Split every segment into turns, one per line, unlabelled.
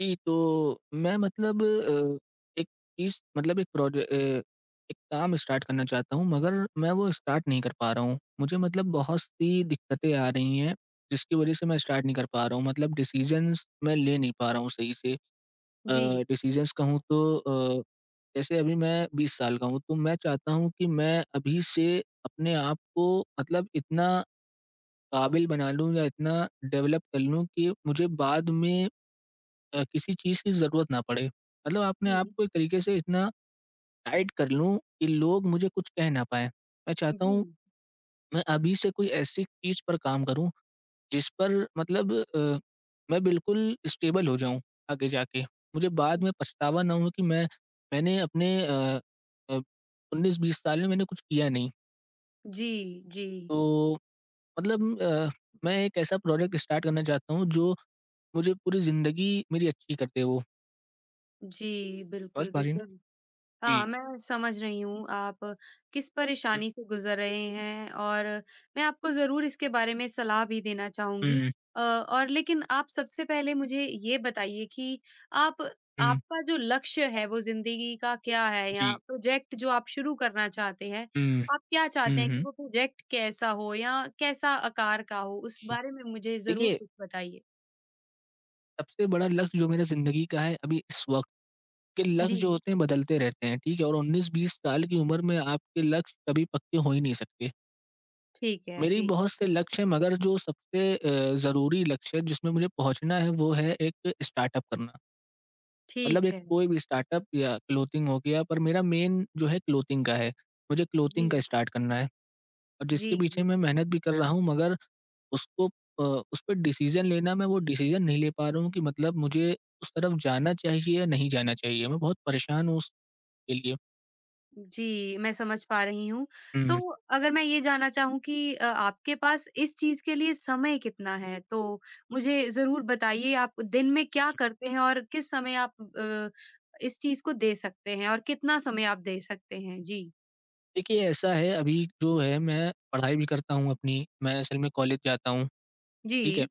जी, तो मैं मतलब एक चीज़ मतलब एक एक काम स्टार्ट करना चाहता हूँ मगर मैं वो स्टार्ट नहीं कर पा रहा हूँ। मुझे मतलब बहुत-सी दिक्कतें आ रही हैं, जिसकी वज़ह से मैं स्टार्ट नहीं कर पा रहा हूँ। मतलब डिसीज़न्स मैं ले नहीं पा रहा हूँ सही से। अ,
जी।
डिसीज़न्स कहूँ तो जैसे अभी मैं 20 साल का हूँ, तो मैं चाहता हूँ कि मैं अभी से अपने आप को मतलब इतना काबिल बना लूँ या इतना डेवलप कर लूँ कि मुझे बाद में किसी चीज़ की ज़रूरत ना पड़े। मतलब अपने आप
जी,
को एक तरीके से इतना टाइट कर लूँ कि लोग मुझे कुछ कह ना पाएँ। मैं चाहता
जी,
हूँ मैं अभी से कोई ऐसी चीज़ पर काम करूँ जिस पर मतलब मैं बिल्कुल स्टेबल हो जाऊँ आगे जाके। मुझे बाद में पछतावा ना हो कि मैंने अपने अ, 19-20 साल में मैंने कुछ किया नहीं।
जी, जी,
तो मतलब मैं एक ऐसा प्रोजेक्ट स्टार्ट करना चाहता हूँ जो मुझे पूरी ज़िंदगी मेरी अच्छी कर दे वो।
जी,
समझ
बिल्कुल,
पा रही हैं ना?
बिल्कुल। हाँ,
जी।
मैं समझ रही हूँ आप किस
हुँ,
परेशानी से गुज़र रहे हैं और मैं आपको ज़रूर इसके बारे में सलाह भी देना चाहूँगी।
हुँ,
और लेकिन आप सबसे पहले मुझे ये बताइए कि आप
हुँ।
आपका जो लक्ष्य है वो ज़िंदगी का क्या है या
जी।
प्रोजेक्ट जो आप शुरू करना चाहते हैं,
हुँ,
आप क्या चाहते
हुँ,
हैं कि
हुँ।
वो प्रोजेक्ट कैसा हो या कैसा आकार का हो? उस बारे में मुझे ज़रूर
देखिए,
कुछ बताइए।
सबसे बड़ा लक्ष्य जो मेरा ज़िंदगी का है अभी इस वक़्त के
जी।
लक्ष्य जो होते हैं बदलते रहते हैं, ठीक है? और 19-20 साल की उम्र में आपके लक्ष्य कभी पक्के हो ही नहीं सकते।
ठीक है,
मेरी
जी।
बहुत से लक्ष्य हैं मगर जो सबसे ज़रूरी लक्ष्य है जिसमें मुझे पहुँचना है वो है एक स्टार्टअप करना। मतलब
ठीक
एक
है।
कोई भी स्टार्टअप या क्लोथिंग हो गया पर मेरा मेन जो है क्लोथिंग का है। मुझे क्लोथिंग का
जी,
स्टार्ट करना है और
जी,
जिसके पीछे
जी।
मैं मेहनत भी कर रहा हूँ मगर उसको अ, उस पे डिसीज़न लेना मैं वो डिसीज़न नहीं ले पा रहा हूँ कि मतलब मुझे उस तरफ जाना चाहिए या नहीं जाना चाहिए। मैं बहुत परेशान हूँ उसके लिए।
जी, मैं समझ पा रही हूँ। तो
हुँ।
अगर मैं ये जानना चाहूँ कि आपके पास इस चीज़ के लिए समय कितना है? तो मुझे ज़रूर बताइए आप दिन में क्या करते हैं और किस समय आप इस चीज़ को दे सकते हैं और कितना समय आप दे सकते हैं? जी।
देखिए ऐसा है अभी जो है मैं पढ़ाई भी करता हूँ अपनी, मैं असल में कॉलेज जाता हूँ,
जी।
ठीक है?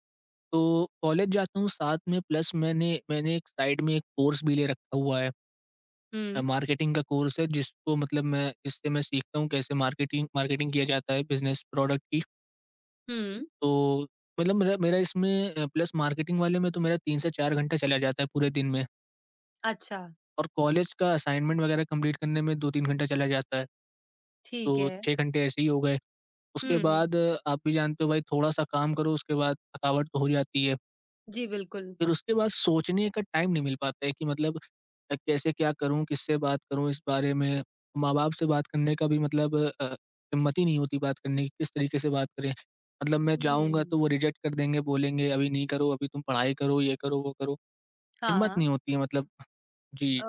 तो कॉलेज जाता हूँ साथ में प्लस मैंने मैंने एक साइड में एक कोर्स भी ले रखा हुआ है।
हुँ,
मार्केटिंग का कोर्स है जिसको मतलब मैं जिससे मैं सीखता हूँ कैसे मार्केटिंग मार्केटिंग किया जाता है बिज़नेस प्रोडक्ट की।
हुँ।
तो मतलब मेरा मेरा इसमें प्लस मार्केटिंग वाले में तो मेरा 3 से 4 घंटा चला जाता है पूरे दिन में
अच्छा,
और कॉलेज का असाइनमेंट वगैरह कंप्लीट करने में 2-3 घंटा चला जाता है,
ठीक
तो
है।
6 घंटे ऐसे ही हो गए। उसके
हुँ, हुँ।
बाद आप भी जानते हो भाई थोड़ा-सा काम करो उसके बाद थकावट तो हो जाती है।
जी, बिल्कुल।
फिर उसके बाद सोचने का टाइम नहीं मिल पाता है कि मतलब कैसे क्या करूँ, किससे बात करूँ इस बारे में? माँ-बाप से बात करने का भी मतलब अ, हिम्मत ही नहीं होती बात करने की, किस तरीके से बात करें? मतलब मैं जाऊँगा तो
हुँ।
वो रिजेक्ट कर देंगे, बोलेंगे अभी नहीं करो, अभी तुम पढ़ाई करो, ये करो, वो करो। हिम्मत नहीं
हाँ।
होती है मतलब। जी,
अ,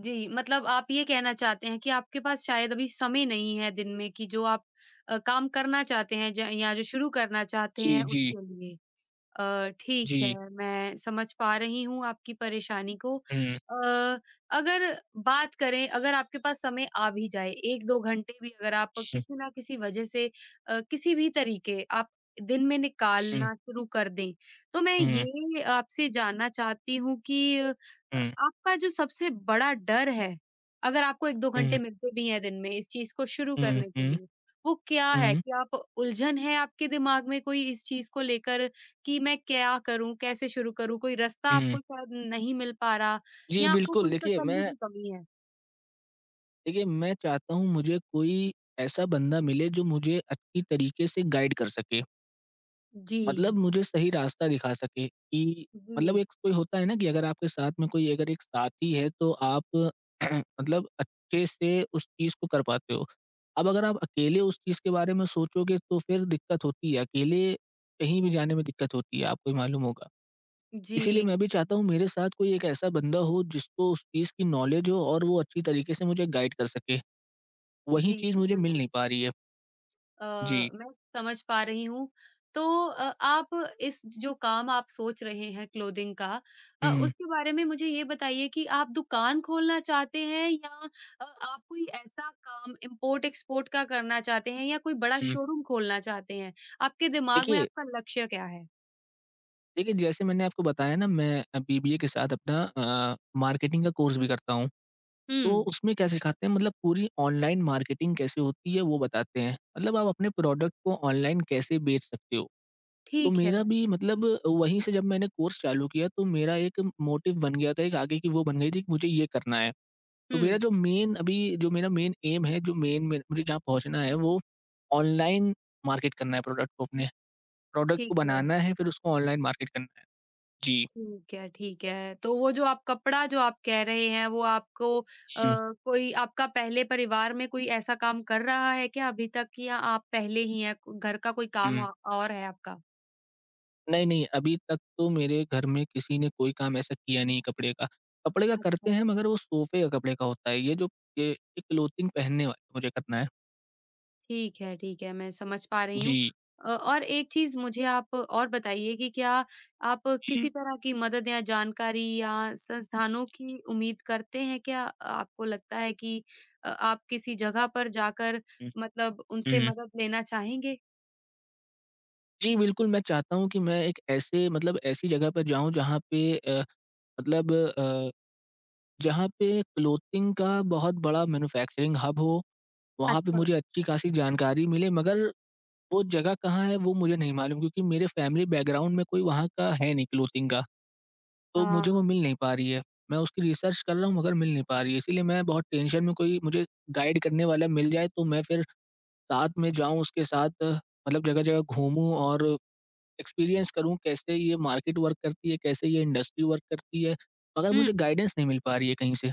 जी, मतलब आप ये कहना चाहते हैं कि आपके पास शायद अभी समय नहीं है दिन में कि जो आप काम करना चाहते हैं ज या जो शुरू करना चाहते हैं
जी, जी,
उसके लिए। ठीक है,
जी।
मैं समझ पा रही हूँ आपकी परेशानी को।
हुँ,
अ, अगर बात करें अगर आपके पास समय आ भी जाए 1-2 घंटे भी अगर आप
हुँ,
किसी ना किसी वजह से किसी भी तरीके आप दिन में
हुँ,
निकालना शुरू कर दें, तो मैं
हुँ,
ये आपसे जानना चाहती हूँ कि
हुँ,
आपका जो सबसे बड़ा डर है, अगर आपको 1-2 घंटे
हुँ,
मिलते भी हैं दिन में इस चीज़ को शुरू
हुँ,
करने के
हुँ,
लिए, वो क्या है?
हुँ,
क्या आप उलझन है आपके दिमाग में कोई इस चीज़ को लेकर कि मैं क्या करूँ? कैसे शुरू करूँ? कोई रास्ता
हुँ।
आपको शायद नहीं मिल पा रहा
जी,
या आपको
बिल्कुल।
कोई तसल्ली की कमी है?
देखिए, मैं चाहता हूँ मुझे कोई ऐसा बंदा मिले जो मुझे अच्छी तरीके से गाइड कर सके।
जी,
मतलब मुझे सही रास्ता दिखा सके कि मतलब
जी,
एक कोई होता है ना कि अगर आपके साथ में कोई अगर एक साथी है तो आप मतलब अच्छे से उस चीज़ को कर पाते हो। अब अगर आप अकेले उस चीज़ के बारे में सोचोगे तो फिर दिक्कत होती है, अकेले कहीं भी जाने में दिक्कत होती है, आपको ही मालूम होगा।
जी,
इसीलिए मैं भी चाहता हूँ मेरे साथ कोई एक ऐसा बंदा हो जिसको उस चीज़ की नॉलेज हो और वो अच्छी तरीके से मुझे गाइड कर सके। वही
जी,
चीज़ मुझे मिल नहीं
बिल्कुल।
पा रही है।
अ,
जी।
मैं समझ पा रही हूँ। तो आप इस जो काम आप सोच रहे हैं क्लोथिंग का
हुँ,
उसके बारे में मुझे ये बताइए कि आप दुकान खोलना चाहते हैं या आप कोई ऐसा काम इम्पोर्ट-एक्सपोर्ट का करना चाहते हैं या कोई बड़ा
हुँ।
शोरूम खोलना चाहते हैं? आपके दिमाग में
देखिए
आपका लक्ष्य क्या है?
देखिए, जैसे मैंने आपको बताया ना मैं बीबीए के साथ अपना मार्केटिंग का कोर्स भी करता हूँ।
हुँ।
तो उसमें क्या सिखाते हैं मतलब पूरी ऑनलाइन मार्केटिंग कैसे होती है वो बताते हैं। मतलब आप अपने प्रोडक्ट को ऑनलाइन कैसे बेच सकते हो। तो
ठीक है।
मेरा भी मतलब वहीं से जब मैंने कोर्स चालू किया तो मेरा एक मोटिव बन गया था, एक आगे की वो बन गई थी कि मुझे ये करना है। तो मेरा
हुँ,
जो मेन अभी जो मेरा मेन ऐम है, जो मेन में मुझे जहाँ पहुँचना है वो ऑनलाइन मार्केट करना है प्रोडक्ट को अपने। प्रोडक्ट को
ठीक है,
बनाना है फिर उसको ऑनलाइन मार्केट करना है। जी।
ठीक है, ठीक है। तो वो जो आप कपड़ा जो आप कह रहे हैं वो आपको
हुँ,
कोई आपका पहले परिवार में कोई ऐसा काम कर रहा है क्या अभी तक या आप पहले ही हैं? घर का कोई काम
हुँ।
औ और है आपका?
नहीं, नहीं, अभी तक तो मेरे घर में किसी ने कोई काम ऐसा किया नहीं कपड़े का। कपड़े का करते
अच्छा।
हैं मगर वो सोफ़े का कपड़े का होता है। ये जो ये क्लॉथिंग पहनने वाला मुझे करना है।
ठीक है, मैं समझ पा रही हूँ।
जी।
और एक चीज़ मुझे आप और बताइए कि क्या आप
हुँ,
किसी तरह की मदद या जानकारी या संस्थानों की उम्मीद करते हैं क्या? आपको लगता है कि आप किसी जगह पर जाकर
हुँ,
मतलब उनसे
हुँ।
मदद लेना चाहेंगे?
जी, बिल्कुल मैं चाहता हूँ कि मैं एक ऐसे मतलब ऐसी जगह पर जाऊँ जहाँ पे मतलब जहाँ पे क्लॉथिंग का बहुत बड़ा मैन्युफैक्चरिंग हब हो। वहाँ पे
अच्छा,
मुझे अच्छी खासी जानकारी मिले मगर वो जगह कहाँ है वो मुझे नहीं मालूम क्योंकि मेरे फैमिली बैकग्राउंड में कोई वहाँ का है नहीं क्लोथिंग का, तो मुझे वो
हाँ,
मिल नहीं पा रही है। मैं उसकी रिसर्च कर रहा हूँ मगर मिल नहीं पा रही है, इसीलिए मैं बहुत टेंशन में कोई मुझे गाइड करने वाला मिल जाए तो मैं फिर साथ में जाऊँ उसके साथ मतलब जगह-जगह घूमूँ और एक्सपीरियंस करूँ कैसे ये मार्केट वर्क करती है, कैसे ये इंडस्ट्री वर्क करती है, मगर
हुँ।
मुझे गाइडेंस नहीं मिल पा रही है कहीं से।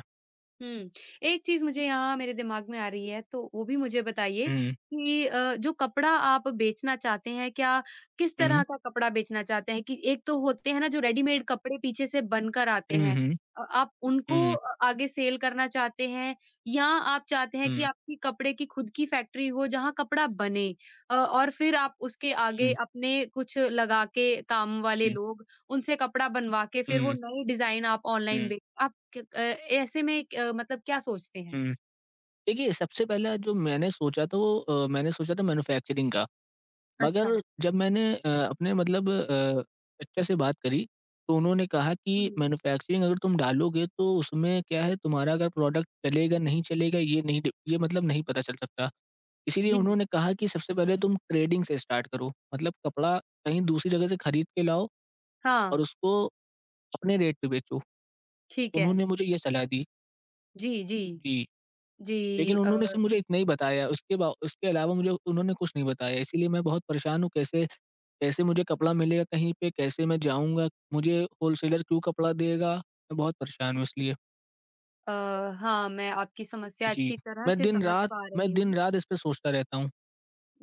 हुँ। एक चीज़ मुझे यहाँ मेरे दिमाग में आ रही है, तो वो भी मुझे बताइए
हुँ,
कि जो कपड़ा आप बेचना चाहते हैं, क्या किस तरह
हुँ,
का कपड़ा बेचना चाहते हैं? कि एक तो होते हैं ना जो रेडीमेड कपड़े पीछे से बनकर आते
हुँ, हुँ,
हैं।
हुँ,
आप
हुँ,
उनको
हुँ,
आगे सेल करना चाहते हैं या आप चाहते हैं कि
हुँ,
आपकी कपड़े की खुद की फैक्ट्री हो जहाँ कपड़ा बने और फिर आप उसके आगे अपने कुछ लगा के काम वाले लोग उनसे कपड़ा बनवा के फिर वो
हुँ,
नई डिज़ाइन आप ऑनलाइन
हुँ,
बेच आप क अ, ऐसे में क मतलब क्या सोचते हैं?
हुँ। देखिए, सबसे पहला जो मैंने सोचा तो मैंने सोचा था मैन्युफैक्चरिंग का।
अच्छा।
मगर जब मैंने अपने मतलब सिस्टर से बात करी, तो उन्होंने कहा
हुँ।
कि मैन्युफैक्चरिंग अगर तुम डालोगे तो उसमें क्या है तुम्हारा अगर प्रोडक्ट चलेगा, नहीं चलेगा ये नहीं डि ये मतलब नहीं पता चल सकता। इसीलिए
जी।
उन्होंने कहा कि सबसे पहले तुम ट्रेडिंग से स्टार्ट करो। मतलब कपड़ा कहीं दूसरी जगह से खरीद के लाओ
हाँ,
और उसको अपने रेट पे बेचो।
ठीक है।
उन्होंने मुझे ये सलाह दी।
जी, जी।
जी।
जी
लेकिन
अ,
उन्होंने सिर्फ़ मुझे इतना ही बताया, उसके अलावा मुझे उन्होंने कुछ नहीं बताया, इसीलिए मैं बहुत परेशान हूँ, कैसे कैसे मुझे कपड़ा मिलेगा कहीं पे, कैसे मैं जाऊँगा, मुझे होलसेलर क्यों कपड़ा देगा? मैं बहुत परेशान हूँ इसलिए।
अ, हाँ, मैं आपकी समस्या
जी।
अच्छी तरह
मैं
से समझ
दिन-रात
पा रही
मैं
हूँ।
दिन-रात इस पे सोचता रहता हूँ।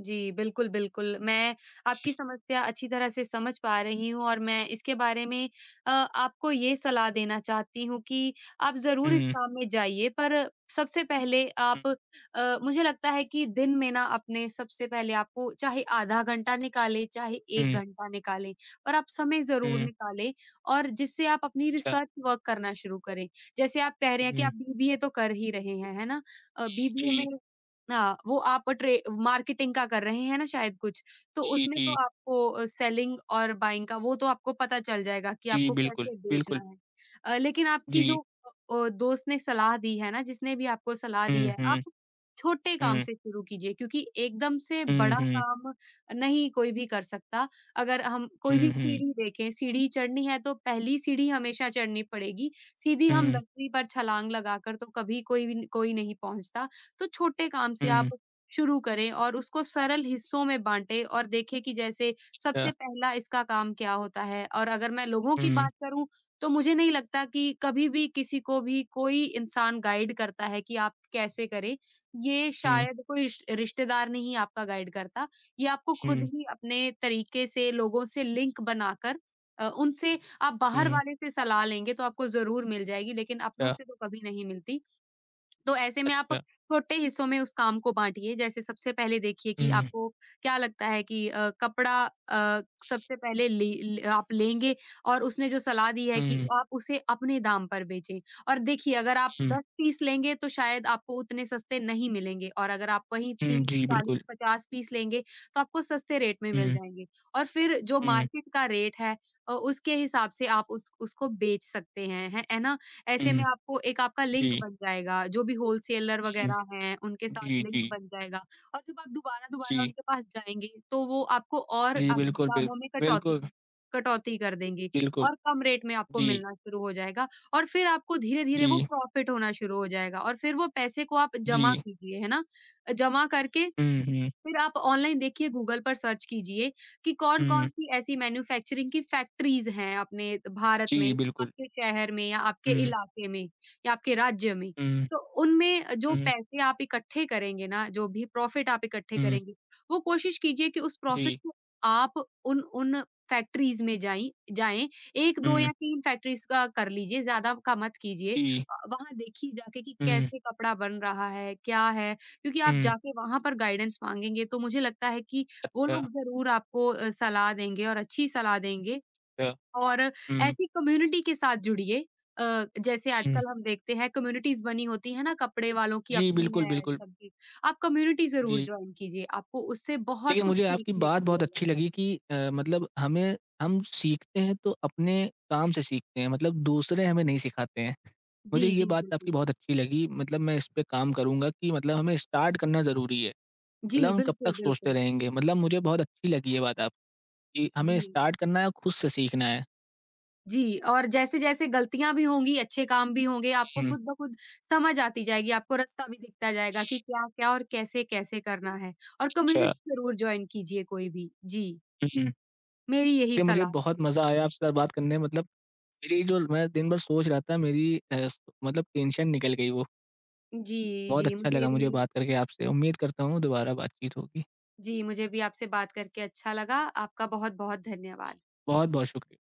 जी, बिल्कुल, बिल्कुल। मैं आपकी समस्या अच्छी तरह से समझ पा रही हूँ और मैं इसके बारे में आपको ये सलाह देना चाहती हूँ कि आप ज़रूर इस
हुँ,
काम में जाइए। पर सबसे पहले
हुँ,
आप मुझे लगता है कि दिन में ना अपने सबसे पहले आपको चाहे आधा घंटा निकालें, चाहे 1
हुँ,
घंटा निकालें, पर आप समय ज़रूर
हुँ,
निकालें और जिससे आप अपनी
अच्छा,
रिसर्च वर्क करना शुरू करें। जैसे आप कह रहे हैं कि
हुँ,
आप बीबीए तो कर ही रहे हैं, है ना? बीबीए में
जी,
हाँ, वो आप ट्रे मार्केटिंग का कर रहे हैं ना शायद कुछ, तो
जी,
उसमें तो
जी,
आपको सेलिंग और बाइंग का वो तो आपको पता चल जाएगा कि
जी,
आपको
बिल्कुल,
कैसे बेचना
बिल्कुल,
है। लेकिन आपकी
जी,
जो दोस्त ने सलाह दी है ना, जिसने भी आपको सलाह दी
हुँ,
है,
हुँ,
आप छोटे काम
हुँ,
से शुरू कीजिए क्योंकि एकदम से
हुँ,
बड़ा
हुँ,
काम नहीं कोई भी कर सकता। अगर हम कोई भी
हुँ, हुँ,
सीढ़ी देखें, सीढ़ी चढ़नी है तो पहली सीढ़ी हमेशा चढ़नी पड़ेगी, सीधी हम
हुँ,
10वीं पर छलांग लगाकर तो कभी कोई भी कोई नहीं पहुँचता। तो छोटे काम से
हुँ,
आप शुरू करें और उसको सरल हिस्सों में बाँटें और देखें कि जैसे
अच्छा,
सबसे पहला इसका काम क्या होता है? और अगर मैं लोगों की
हुँ,
बात करूँ, तो मुझे नहीं लगता कि कभी भी किसी को भी कोई इंसान गाइड करता है कि आप कैसे करें। ये
हुँ,
शायद कोई रिश्तेदार नहीं आपका गाइड करता। ये आपको खुद
हुँ,
ही अपने तरीके से लोगों से लिंक बनाकर उनसे आप बाहर
हुँ,
वाले से सलाह लेंगे तो आपको ज़रूर मिल जाएगी, लेकिन अपनों
अच्छा,
से तो कभी नहीं मिलती। तो ऐसे में आप
अच्छा,
छोटे हिस्सों में उस काम को बाँटिए। जैसे सबसे पहले देखिए कि
हुँ।
आपको क्या लगता है कि कपड़ा सबसे पहले ले ल आप लेंगे और उसने जो सलाह दी है कि
हुँ,
आप उसे अपने दाम पर बेचें। और देखिए अगर आप
हुँ,
10 पीस लेंगे तो शायद आपको उतने सस्ते नहीं मिलेंगे और अगर आप वहीं
हुँ,
30,
जी,
40,
बिल्कुल।
50 पीस लेंगे तो आपको सस्ते रेट में मिल
हुँ,
जाएँगे। और फिर जो
हुँ,
मार्केट का रेट है उसके हिसाब से आप उस उसको बेच सकते हैं, है ना? ऐसे में
हुँ,
आपको एक आपका लिंक
जी,
बन जाएगा, जो भी होलसेलर
हुँ,
वग़ैरह हैं, उनके साथ
जी,
लिंक
जी,
बन जाएगा और जब आप दोबारा-दोबारा
जी,
उनके पास जाएँगे, तो वो आपको और
जी,
आप
बिल्कुल,
दामों
बिल्कुल,
में कटौती
बिल्कुल,
कटौती कर देंगे
बिल्कुल,
और कम रेट में आपको
जी,
मिलना शुरू हो जाएगा और फिर आपको धीरे-धीरे वो
जी,
प्रॉफ़िट होना शुरू हो जाएगा और फिर वो पैसे को आप जमा
जी,
कीजिए, है ना? जमा करके
हुँ, हुँ,
फिर आप ऑनलाइन देखिए, गूगल पर सर्च कीजिए कि
हुँ,
कौन-कौन सी ऐसी मैन्युफैक्चरिंग की फैक्ट्रीज़ हैं अपने भारत में,
जी, बिल्कुल,
आपके शहर में या आपके
हुँ,
इलाके में या आपके राज्य में।
हुँ,
तो उनमें जो
हुँ,
पैसे आप इकट्ठे करेंगे ना, जो भी प्रॉफ़िट आप इकट्ठे
हुँ,
करेंगे, वो कोशिश कीजिए कि उस प्रॉफ़िट
जी,
को आप उन उन फैक्ट्रीज़ में जाई जाएँ। 1, 2
हुँ,
या 3 फैक्ट्रीज़ का कर लीजिए, ज़्यादा का मत कीजिए।
जी,
वहाँ देखिए जाके कि
हुँ,
कैसे कपड़ा बन रहा है, क्या है? क्योंकि आप
हुँ,
जाके वहाँ पर गाइडेंस माँगेंगे तो मुझे लगता है कि वो
अच्छा,
लोग ज़रूर आपको सलाह देंगे और अच्छी सलाह देंगे
अच्छा,
और
हुँ,
ऐसी कम्युनिटी के साथ जुड़िए जैसे
हुँ,
आजकल हम देखते हैं कम्युनिटीज़ बनी होती है ना कपड़े वालों की
जी,
अपनी
बिल्कुल,
है
बिल्कुल,
सबकी, आप कम्युनिटी ज़रूर
जी।
जॉइन कीजिए, आपको उससे बहुत
देखिए,
कुछ
मुझे आपकी
सीखने को
बात बहुत
मिलेगा।
अच्छी लगी कि मतलब हमें हम सीखते हैं तो अपने काम से सीखते हैं, मतलब दूसरे हमें नहीं सिखाते हैं। मुझे
जी,
ये
जी,
बात आपकी
बिल्कुल।
बहुत अच्छी लगी मतलब मैं इस पे काम करूँगा कि मतलब हमें स्टार्ट करना ज़रूरी है। मतलब
जी,
हम कब
बिल्कुल,
तक सोचते
बिल्कुल।
रहेंगे? मतलब मुझे बहुत अच्छी लगी ये बात आपकी कि हमें
जी।
स्टार्ट करना है और खुद से सीखना है।
जी, और जैसे-जैसे गलतियाँ भी होंगी, अच्छे काम भी होंगे, आपको
हुँ,
खुद ब खुद समझ आती जाएगी, आपको रास्ता भी दिखता जाएगा कि क्या-क्या और कैसे-कैसे करना है और
अच्छा।
कम्युनिटी ज़रूर जॉइन कीजिए कोई भी। जी,
हुँ, हुँ।
मेरी यही
देखिए मुझे
सलाह है
बहुत
जी।
मज़ा आया आपसे साथ बात करने में मतलब मेरी जो मैं दिन भर सोच रहा था मेरी मतलब टेंशन निकल गई वो।
जी,
बहुत
जी,
अच्छा
मुझे
लगा
भी
मुझे बात करके आपसे। उम्मीद करता हूँ दोबारा बातचीत होगी।
जी, मुझे भी आपसे बात करके अच्छा लगा। आपका बहुत-बहुत धन्यवाद।
बहुत-बहुत शुक्रिया।